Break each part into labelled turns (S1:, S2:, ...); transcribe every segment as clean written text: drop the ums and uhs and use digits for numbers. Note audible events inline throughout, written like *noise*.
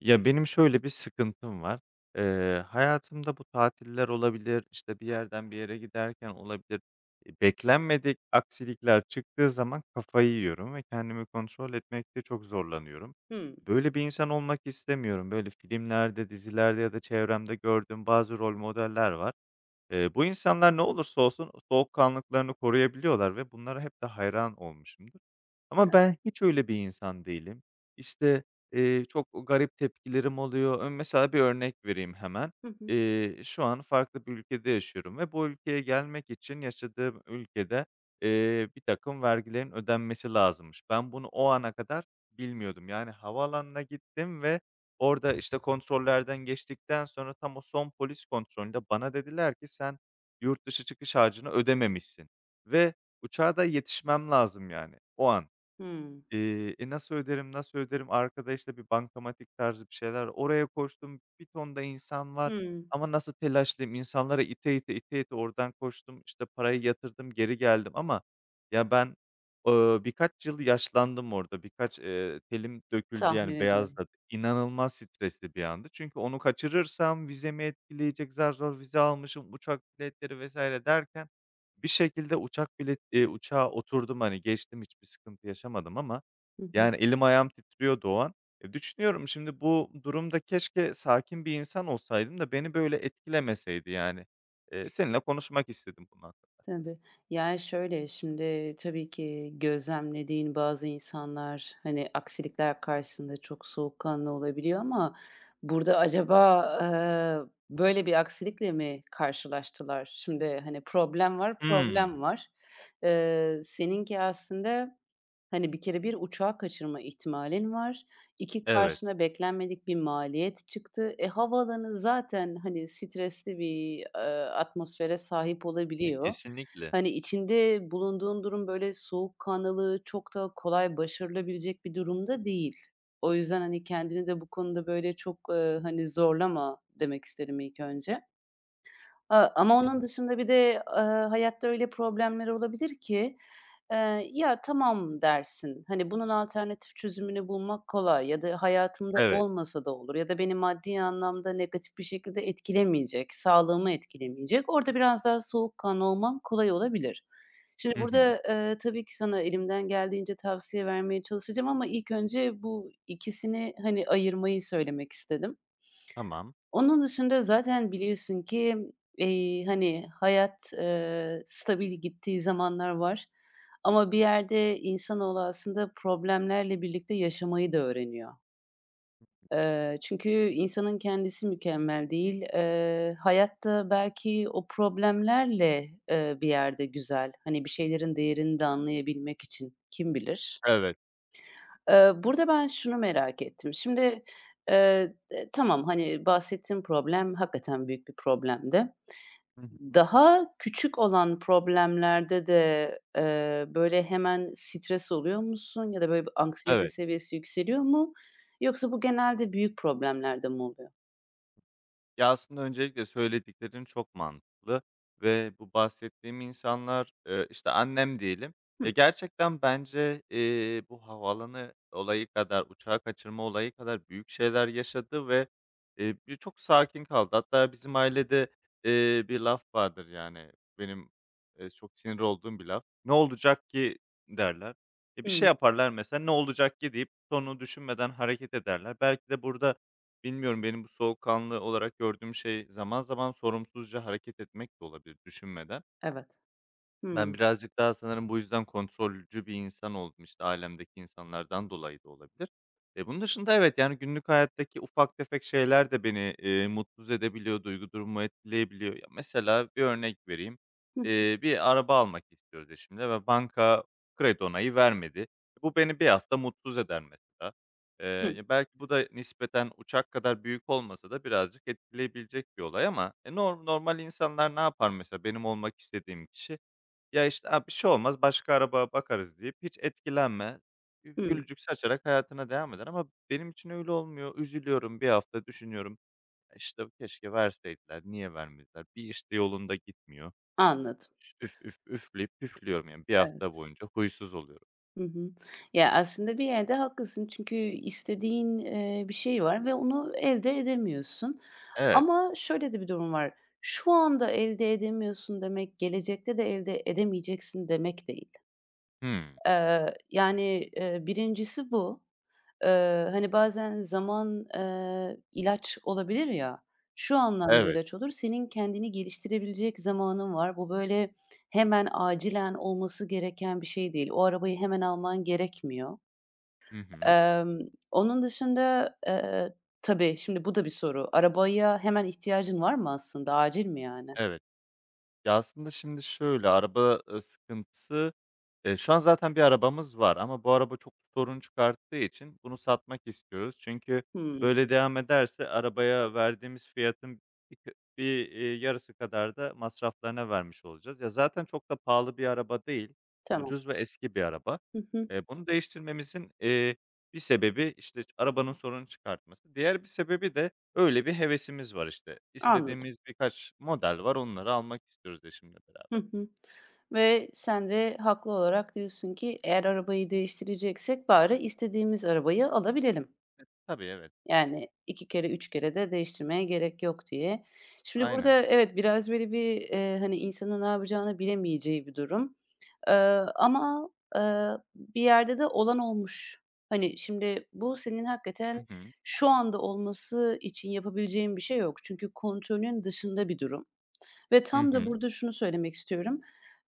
S1: Ya, benim şöyle bir sıkıntım var. Hayatımda bu tatiller olabilir, işte, bir yerden bir yere giderken olabilir. Beklenmedik aksilikler çıktığı zaman kafayı yiyorum ve kendimi kontrol etmekte çok zorlanıyorum.
S2: Hımm.
S1: Böyle bir insan olmak istemiyorum. Böyle filmlerde, dizilerde ya da çevremde gördüğüm bazı rol modeller var. Bu insanlar ne olursa olsun soğukkanlılıklarını koruyabiliyorlar ve bunlara hep de hayran olmuşumdur. Ama ben hiç öyle bir insan değilim. İşte, çok garip tepkilerim oluyor. Mesela bir örnek vereyim hemen.
S2: Hı hı.
S1: Şu an farklı bir ülkede yaşıyorum ve bu ülkeye gelmek için yaşadığım ülkede, birtakım vergilerin ödenmesi lazımmış. Ben bunu o ana kadar bilmiyordum. Yani havaalanına gittim ve orada, işte, kontrollerden geçtikten sonra tam o son polis kontrolünde bana dediler ki "Sen yurt dışı çıkış harcını ödememişsin." ve uçağa da yetişmem lazım yani o an.
S2: Hımm.
S1: Nasıl öderim, nasıl öderim? Arkada, işte, bir bankamatik tarzı bir şeyler. Oraya koştum, bir ton da insan var
S2: Hımm.
S1: ama nasıl telaşlıyım, insanlara ite ite, ite ite oradan koştum, işte, parayı yatırdım, geri geldim ama ya ben, birkaç yıl yaşlandım orada. Birkaç, telim döküldü,
S2: Tahmin
S1: yani,
S2: ediyorum.
S1: beyazladı. İnanılmaz stresli bir andı. Çünkü onu kaçırırsam vizemi etkileyecek, zar zor vize almışım, uçak biletleri vesaire derken bir şekilde uçak bilet uçağa oturdum, hani, geçtim, hiçbir sıkıntı yaşamadım ama
S2: Hı hı.
S1: yani, elim ayağım titriyordu o an. E, düşünüyorum şimdi bu durumda keşke sakin bir insan olsaydım da beni böyle etkilemeseydi, yani. Seninle konuşmak istedim bunun hakkında.
S2: Tabii. Yani, şöyle, şimdi tabii ki gözlemlediğin bazı insanlar, hani, aksilikler karşısında çok soğukkanlı olabiliyor ama burada acaba, böyle bir aksilikle mi karşılaştılar? Şimdi, hani, problem var, problem
S1: Hımm.
S2: var. Seninki aslında. Hani, bir kere bir uçağı kaçırma ihtimalin var. 2. Hı.
S1: Evet.
S2: Karşına beklenmedik bir maliyet çıktı. E, havaalanı zaten, hani, stresli bir, atmosfere sahip
S1: E,
S2: olabiliyor.
S1: kesinlikle.
S2: Hani, içinde bulunduğun durum, böyle, soğukkanlılığı çok da kolay başarılabilecek bir durumda değil. O yüzden, hani, kendini de bu konuda, böyle, çok, hani, zorlama demek isterim ilk önce. Ama
S1: Hı
S2: onun
S1: hı.
S2: dışında bir de, hayatta öyle problemler olabilir ki, "Ya, tamam." dersin. Hani, bunun alternatif çözümünü bulmak kolay ya da hayatımda
S1: Evet.
S2: olmasa da olur ya da beni maddi anlamda negatif bir şekilde etkilemeyecek, sağlığımı etkilemeyecek. Orada biraz daha soğukkanlı olmam kolay olabilir. Şimdi
S1: Hı hı.
S2: burada, tabii ki sana elimden geldiğince tavsiye vermeye çalışacağım ama ilk önce bu ikisini, hani, ayırmayı söylemek istedim.
S1: Tamam.
S2: Onun dışında zaten biliyorsun ki, hani, hayat, stabil gittiği zamanlar var ama bir yerde insanoğlu aslında problemlerle birlikte yaşamayı da öğreniyor. Çünkü insanın kendisi mükemmel değil. Hayat belki o problemlerle, bir yerde güzel. Hani, bir şeylerin değerini de anlayabilmek için kim bilir?
S1: Evet.
S2: Burada ben şunu merak ettim. Şimdi, d tamam, hani, bahsettiğim problem hakikaten büyük bir problemdi.
S1: Hı hı.
S2: Daha küçük olan problemlerde de, böyle, hemen stres oluyor musun ya da, böyle, bir anksiyete
S1: Evet.
S2: seviyesi yükseliyor mu yoksa bu genelde büyük problemlerde mi oluyor?
S1: Ya, aslında öncelikle söylediklerin çok mantıklı ve bu bahsettiğim insanlar, işte, annem diyelim. Ya,
S2: Hıı.
S1: gerçekten bence, bu havaalanı olayı kadar, uçağı kaçırma olayı kadar büyük şeyler yaşadı ve, bir çok sakin kaldı. Hatta bizim ailede, bir laf vardır, yani, benim, çok sinir olduğum bir laf. "Ne olacak ki?" derler. E, bir şey
S2: Hıı.
S1: yaparlar mesela, "Ne olacak ki?" deyip sonunu düşünmeden hareket ederler. Belki de burada bilmiyorum, benim bu soğukkanlı olarak gördüğüm şey zaman zaman sorumsuzca hareket etmek de olabilir düşünmeden.
S2: Evet.
S1: Ben
S2: Hıı.
S1: birazcık daha sanırım bu yüzden kontrolcü bir insan oldum, işte, ailemdeki insanlardan dolayı da olabilir. Bunun dışında evet, yani, günlük hayattaki ufak tefek şeyler de beni, mutsuz edebiliyor, duygu durumumu etkileyebiliyor. Ya, mesela bir örnek vereyim.
S2: Hı.
S1: Bir araba almak istiyoruz şimdi ve banka kredi onayı vermedi. Bu beni bir hafta mutsuz eder mesela.
S2: Hı.
S1: Ya, belki bu da nispeten uçak kadar büyük olmasa da birazcık etkileyebilecek bir olay ama, e, nor normal insanlar ne yapar mesela benim olmak istediğim kişi? Ya, işte, "A, bir şey olmaz, başka araba bakarız." deyip hiç etkilenme,
S2: Hı.
S1: gülücük saçarak hayatına devam eder ama benim için öyle olmuyor. Üzülüyorum, bir hafta düşünüyorum. "Ya İşte, "Keşke verseydiler, niye vermediler?" Bir işte yolunda gitmiyor.
S2: Anladım.
S1: Üf, üf, üfleyip püflüyorum yani. Bir hafta
S2: Evet.
S1: boyunca huysuz oluyorum.
S2: Hı hı. Ya, aslında bir yerde haklısın çünkü istediğin, bir şey var ve onu elde edemiyorsun.
S1: Evet.
S2: Ama şöyle de bir durum var. Şu anda elde edemiyorsun demek, gelecekte de elde edemeyeceksin demek değil.
S1: Hımm.
S2: Yani, 1'incisi bu. Hani, bazen zaman, ilaç olabilir ya, şu anlamda
S1: Evet.
S2: ilaç olur, senin kendini geliştirebilecek zamanın var. Bu böyle hemen acilen olması gereken bir şey değil. O arabayı hemen alman gerekmiyor.
S1: Hı hı.
S2: Emm, onun dışında, tabii şimdi bu da bir soru. Arabaya hemen ihtiyacın var mı aslında? Acil mi yani?
S1: Evet. Ya, aslında şimdi şöyle, araba, sıkıntısı, şu an zaten bir arabamız var ama bu araba çok sorun çıkarttığı için bunu satmak istiyoruz. Çünkü
S2: Hımm,
S1: böyle devam ederse arabaya verdiğimiz fiyatın bir kı bir, yarısı kadar da masraflarına vermiş olacağız. Ya, zaten çok da pahalı bir araba değil,
S2: tamam.
S1: ucuz ve eski bir araba.
S2: Hı hı,
S1: Bunu değiştirmemizin, bir sebebi, işte, arabanın sorun çıkartması. Diğer bir sebebi de öyle bir hevesimiz var işte.
S2: anladım.
S1: İstediğimiz birkaç model var, onları almak istiyoruz eşimle
S2: Hı
S1: beraber.
S2: hı. Ve sen de haklı olarak diyorsun ki eğer arabayı değiştireceksek bari istediğimiz arabayı alabilelim.
S1: Tabii, evet.
S2: Yani 2 kere 3 kere de değiştirmeye gerek yok diye. Şimdi
S1: Aynen.
S2: burada evet biraz böyle bir, hani, insanın ne yapacağını bilemeyeceği bir durum. Eee, ama, eee, bir yerde de olan olmuş. Hani, şimdi bu senin hakikaten
S1: Hı hı.
S2: şu anda olması için yapabileceğin bir şey yok. Çünkü kontrolün dışında bir durum. Ve
S1: Hı
S2: tam da
S1: hı.
S2: burada şunu söylemek istiyorum.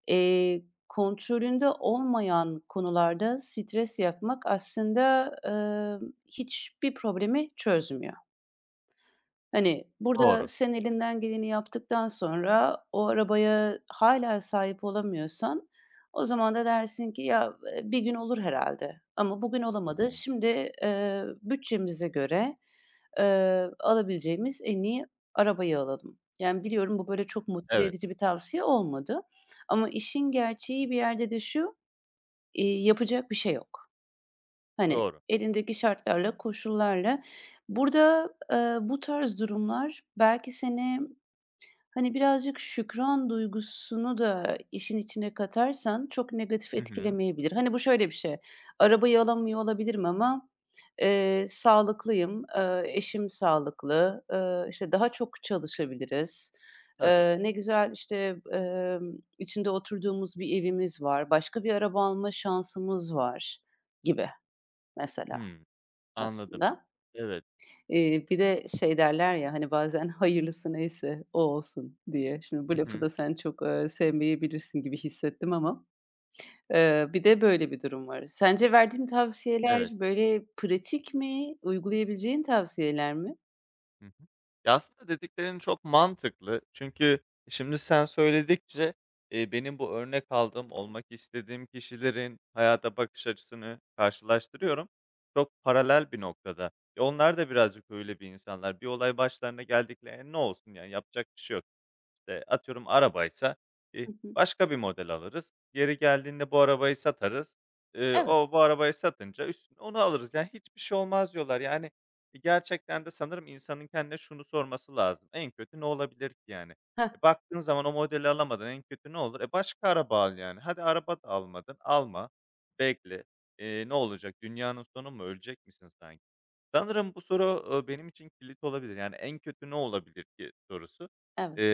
S2: Eee, kontrolünde olmayan konularda stres yapmak aslında, hiçbir problemi çözmüyor. Hani, burada
S1: Doğru.
S2: sen elinden geleni yaptıktan sonra o arabaya hâlâ sahip olamıyorsan o zaman da dersin ki "Ya, bir gün olur herhâlde ama bugün olamadı.
S1: Hı hı.
S2: Şimdi, bütçemize göre, alabileceğimiz en iyi arabayı alalım." Yani, biliyorum bu böyle çok motive
S1: Evet,
S2: edici bir tavsiye olmadı ama işin gerçeği bir yerde de şu, yapacak bir şey yok. Hani,
S1: doğru.
S2: elindeki şartlarla, koşullarla. Burada, bu tarz durumlar belki seni, hani, birazcık şükran duygusunu da işin içine katarsan çok negatif
S1: Hı hı.
S2: etkilemeyebilir. Hani, bu şöyle bir şey, arabayı alamıyor olabilirim ama, sağlıklıyım, eşim sağlıklı, işte, daha çok çalışabiliriz.
S1: Tabii.
S2: Ne güzel, işte, içinde oturduğumuz bir evimiz var, başka bir araba alma şansımız var gibi mesela.
S1: Hımm, anladım.
S2: Aslında.
S1: Evet.
S2: Bir de şey derler ya, hani, bazen "Hayırlısı neyse o olsun." diye. Şimdi bu
S1: Hı
S2: lafı
S1: hı.
S2: da sen çok, sevmeyebilirsin gibi hissettim ama, bir de böyle bir durum var. Sence verdiğin tavsiyeler,
S1: Evet.
S2: böyle, pratik mi? Uygulayabileceğin tavsiyeler mi?
S1: Hı hı. Ya, aslında dediklerin çok mantıklı. Çünkü şimdi sen söyledikçe, benim bu örnek aldığım, olmak istediğim kişilerin hayata bakış açısını karşılaştırıyorum. Çok paralel bir noktada. E, onlar da birazcık öyle bir insanlar. Bir olay başlarına geldiklerinde ne olsun, yani, yapacak bir şey yok. İşte, atıyorum arabaysa, eee,
S2: Hı hı.
S1: başka bir model alırız. Yeri geldiğinde bu arabayı satarız.
S2: Evet.
S1: O bu arabayı satınca üstüne onu alırız. Yani, "Hiçbir şey olmaz." diyorlar. Yani, gerçekten de sanırım insanın kendine şunu sorması lazım: "En kötü ne olabilir ki yani?"
S2: Heh,
S1: E, baktığın zaman o modeli alamadın, en kötü ne olur? E, başka araba al yani. Hadi araba da almadın, alma, bekle. Ne olacak? Dünyanın sonu mu? Ölecek misin sanki? Sanırım bu soru, benim için kilit olabilir. Yani, "En kötü ne olabilir ki?" sorusu.
S2: evet.
S1: Eee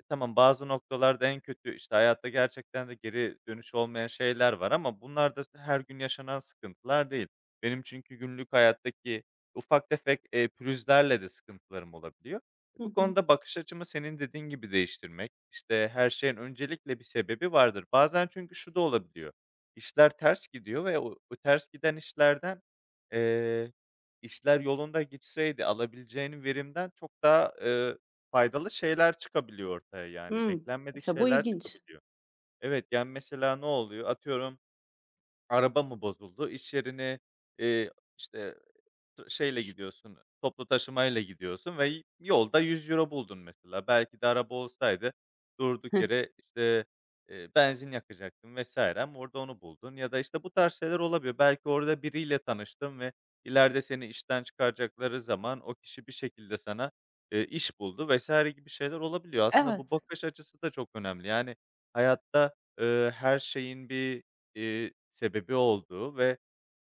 S1: tamam, bazı noktalarda en kötü, işte, hayatta gerçekten de geri dönüş olmayan şeyler var ama bunlar da her gün yaşanan sıkıntılar değil. Benim çünkü günlük hayattaki ufak tefek, pürüzlerle de sıkıntılarım olabiliyor.
S2: Hı
S1: E, bu
S2: hı.
S1: konuda bakış açımı senin dediğin gibi değiştirmek, işte, her şeyin öncelikle bir sebebi vardır. Bazen çünkü şu da olabiliyor, İşler ters gidiyor ve o ters giden işlerden, eee, işler yolunda gitseydi alabileceğin verimden çok daha, faydalı şeyler çıkabiliyor ortaya, yani,
S2: Hımm.
S1: beklenmedik
S2: Mesela bu
S1: şeyler
S2: ilginç.
S1: çıkabiliyor. Evet, yani, mesela ne oluyor? Atıyorum, araba mı bozuldu? İş yerine, eee, işte şeyle gidiyorsun, toplu taşımayla gidiyorsun ve yolda 100 euro buldun mesela. Belki de araba olsaydı durduk
S2: *laughs*
S1: yere, işte, benzin yakacaktın vesaire ama orada onu buldun ya da, işte, bu tarz şeyler olabiliyor. Belki orada biriyle tanıştın ve ileride seni işten çıkaracakları zaman o kişi bir şekilde sana, iş buldu vesaire gibi şeyler olabiliyor. Aslında bu
S2: Evet,
S1: bakış açısı da çok önemli. Yani hayatta, her şeyin bir, sebebi olduğu ve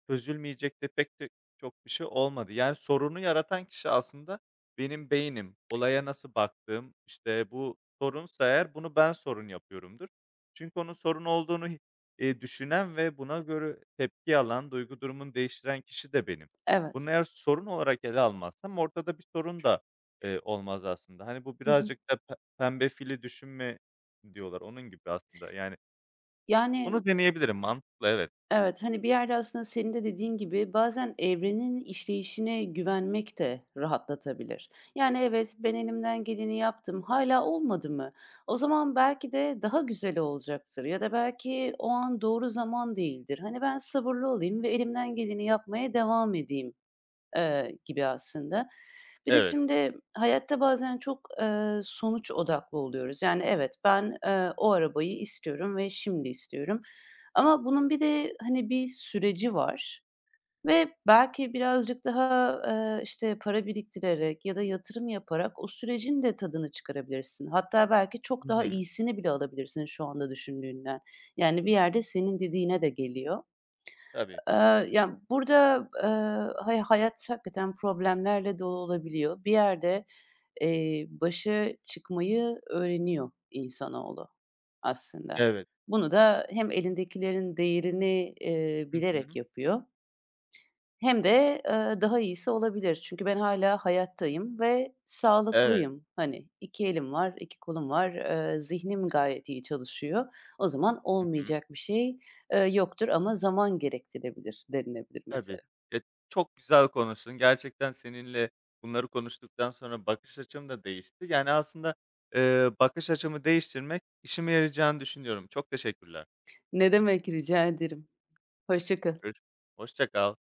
S1: çözülmeyecek de pek de çok bir şey olmadı. Yani, sorunu yaratan kişi aslında benim beynim. Olaya nasıl baktığım, işte, bu sorunsa eğer bunu ben sorun yapıyorumdur. Çünkü onun sorun olduğunu hi düşünen ve buna göre tepki alan, duygu durumunu değiştiren kişi de benim.
S2: evet.
S1: Bunu eğer sorun olarak ele almazsam ortada bir sorun da, olmaz aslında. Hani, bu
S2: Hı hı.
S1: birazcık da pembe fili düşünme diyorlar, onun gibi aslında. Yani,
S2: Yani.
S1: bunu deneyebilirim. Mantıklı, evet.
S2: Evet, hani, bir yerde aslında senin de dediğin gibi bazen evrenin işleyişine güvenmek de rahatlatabilir. Yani, evet, ben elimden geleni yaptım, hala olmadı mı? O zaman belki de daha güzel olacaktır ya da belki o an doğru zaman değildir. Hani, ben sabırlı olayım ve elimden geleni yapmaya devam edeyim gibi aslında. Bir de
S1: Evet.
S2: şimdi hayatta bazen çok, sonuç odaklı oluyoruz. Yani, evet, ben, o arabayı istiyorum ve şimdi istiyorum ama bunun bir de, hani, bir süreci var ve belki birazcık daha, işte, para biriktirerek ya da yatırım yaparak o sürecin de tadını çıkarabilirsin. Hatta belki çok
S1: Hı
S2: daha
S1: hı.
S2: iyisini bile alabilirsin şu anda düşündüğünden. Yani, bir yerde senin dediğine de geliyor.
S1: Tabii.
S2: Ya, burada, hayat hakikaten problemlerle dolu olabiliyor. Bir yerde, başa çıkmayı öğreniyor insanoğlu aslında.
S1: Evet.
S2: Bunu da hem elindekilerin değerini,
S1: Hı
S2: bilerek
S1: hı.
S2: yapıyor hem de, daha iyisi olabilir. Çünkü ben hâlâ hayattayım ve
S1: Evet.
S2: sağlıklıyım. Hani, 2 elim var, 2 kolum var, zihnim gayet iyi çalışıyor. O zaman
S1: Hı hı.
S2: olmayacak bir şey, yoktur ama zaman gerektirebilir denilebilir mesela.
S1: Tabii. Ya, çok güzel konuştun. Gerçekten seninle bunları konuştuktan sonra bakış açım da değişti. Yani, aslında, bakış açımı değiştirmek işime yarayacağını düşünüyorum. Çok teşekkürler.
S2: Ne demek, rica ederim. Hoşça kal.
S1: Görüş hoşça kal.